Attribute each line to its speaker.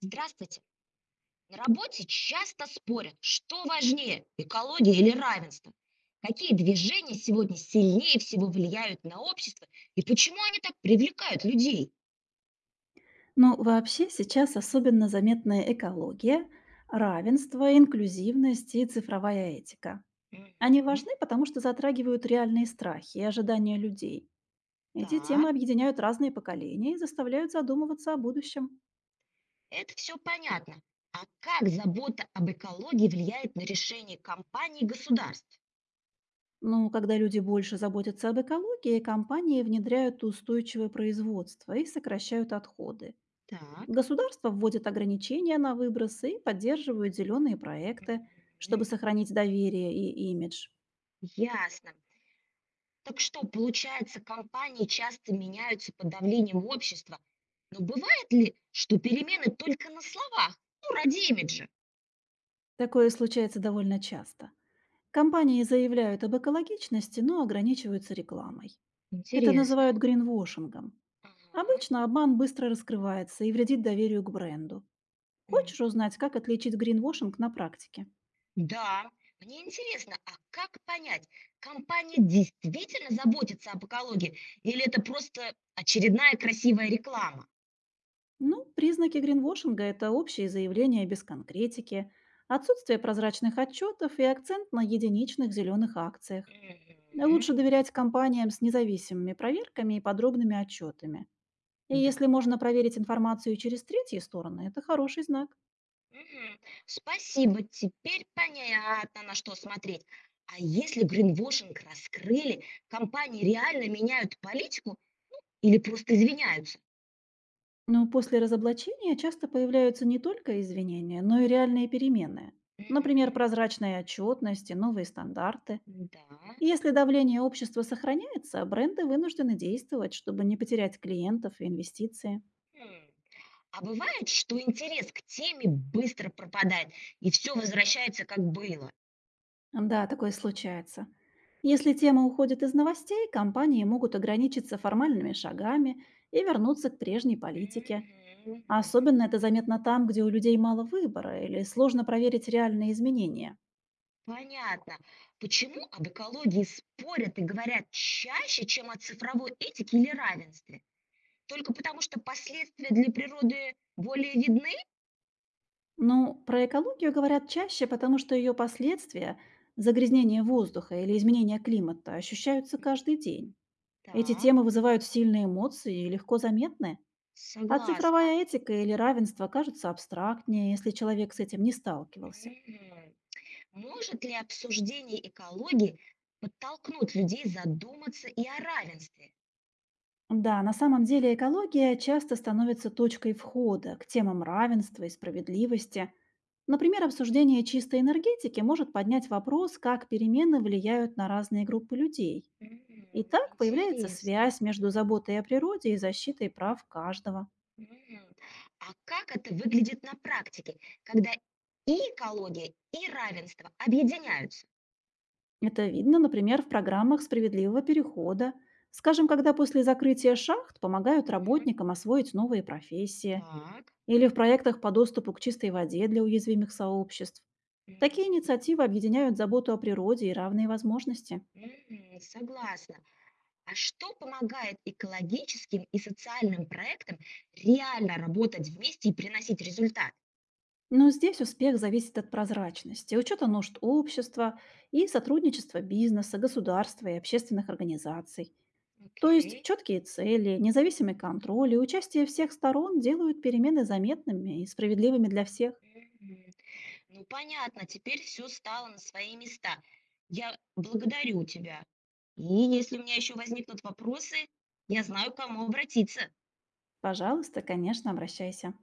Speaker 1: Здравствуйте. На работе часто спорят, что важнее– экология или равенство. Какие движения сегодня сильнее всего влияют на общество и почему они так привлекают людей?
Speaker 2: Ну, вообще сейчас особенно заметны экология, равенство, инклюзивность и цифровая этика. Они
Speaker 1: Мгм.
Speaker 2: важны, потому что затрагивают реальные страхи и ожидания людей. Эти темы
Speaker 1: Так,
Speaker 2: объединяют разные поколения и заставляют задумываться о будущем.
Speaker 1: это все понятно. А как забота об экологии влияет на решение компаний и государств?
Speaker 2: Ну, когда люди больше заботятся об экологии, компании внедряют устойчивое производство и сокращают отходы.
Speaker 1: Так,
Speaker 2: Государство вводит ограничения на выбросы и поддерживают зеленые проекты,
Speaker 1: мгм.
Speaker 2: чтобы сохранить доверие и имидж.
Speaker 1: Ясно. Так что, получается, компании часто меняются под давлением общества. Но бывает ли, что перемены только на словах, ну, ради имиджа?
Speaker 2: Такое случается довольно часто. Компании заявляют об экологичности, но ограничиваются рекламой. Это
Speaker 1: Интересно.
Speaker 2: называют гринвошингом.
Speaker 1: Ага.
Speaker 2: Обычно обман быстро раскрывается и вредит доверию к бренду.
Speaker 1: М.
Speaker 2: Хочешь узнать, как отличить гринвошинг на практике?
Speaker 1: Да, мне интересно, а как понять, компания действительно заботится об экологии или это просто очередная красивая реклама?
Speaker 2: Ну, признаки гринвошинга — это общие заявления без конкретики, отсутствие прозрачных отчетов и акцент на единичных зеленых акциях.
Speaker 1: Мгм.
Speaker 2: Лучше доверять компаниям с независимыми проверками и подробными отчетами. И
Speaker 1: Да.
Speaker 2: если можно проверить информацию через третьи стороны, это хороший знак.
Speaker 1: Мгм. Спасибо, теперь понятно, на что смотреть. А если гринвошинг раскрыли, компании реально меняют политику или просто извиняются?
Speaker 2: Но после разоблачения часто появляются не только извинения, но и реальные перемены. Например,
Speaker 1: Мгм.
Speaker 2: прозрачная отчетность и новые стандарты.
Speaker 1: Да.
Speaker 2: И если давление общества сохраняется, бренды вынуждены действовать, чтобы не потерять клиентов и инвестиции.
Speaker 1: Хм. А бывает, что интерес к теме быстро пропадает, и все возвращается, как было.
Speaker 2: Да, такое случается. Если тема уходит из новостей, компании могут ограничиться формальными шагами и вернуться к прежней политике.
Speaker 1: Мгм,
Speaker 2: А
Speaker 1: мгм.
Speaker 2: особенно это заметно там, где у людей мало выбора или сложно проверить реальные изменения.
Speaker 1: Понятно. Почему об экологии спорят и говорят чаще, чем о цифровой этике или равенстве? Только потому, что последствия для природы более видны?
Speaker 2: Ну, про экологию говорят чаще, потому что ее последствия — загрязнение воздуха или изменение климата — ощущаются каждый день. Эти
Speaker 1: Так,
Speaker 2: темы вызывают сильные эмоции и легко заметны. А
Speaker 1: согласна.
Speaker 2: цифровая этика или равенство кажутся абстрактнее, если человек с этим не сталкивался.
Speaker 1: Мгм. Может ли обсуждение экологии подтолкнуть людей задуматься и о равенстве?
Speaker 2: Да, на самом деле экология часто становится точкой входа к темам равенства и справедливости. Например,
Speaker 1: М,
Speaker 2: обсуждение чистой энергетики может поднять вопрос, как перемены влияют на разные группы людей.
Speaker 1: мгм.
Speaker 2: И так появляется
Speaker 1: Интересно.
Speaker 2: связь между заботой о природе и защитой прав каждого.
Speaker 1: Мгм. А как это выглядит на практике, когда и экология, и равенство объединяются?
Speaker 2: Это видно, например, в программах справедливого перехода. Скажем, когда после закрытия шахт помогают
Speaker 1: Мгм.
Speaker 2: работникам освоить новые профессии.
Speaker 1: Так.
Speaker 2: Или в проектах по доступу к чистой воде для уязвимых сообществ. Такие
Speaker 1: Мгм.
Speaker 2: инициативы объединяют заботу о природе и равные возможности.
Speaker 1: Мгм. Согласна. А что помогает экологическим и социальным проектам реально работать вместе и приносить результат?
Speaker 2: Но здесь успех зависит от прозрачности, учета нужд общества и сотрудничества бизнеса, государства и общественных организаций. То
Speaker 1: Окей.
Speaker 2: есть четкие цели, независимый контроль и участие всех сторон делают перемены заметными и справедливыми для всех.
Speaker 1: Мгм. Ну, понятно, теперь все стало на свои места. Я благодарю тебя. И если у меня еще возникнут вопросы, я знаю, к кому обратиться.
Speaker 2: Пожалуйста, конечно, обращайся.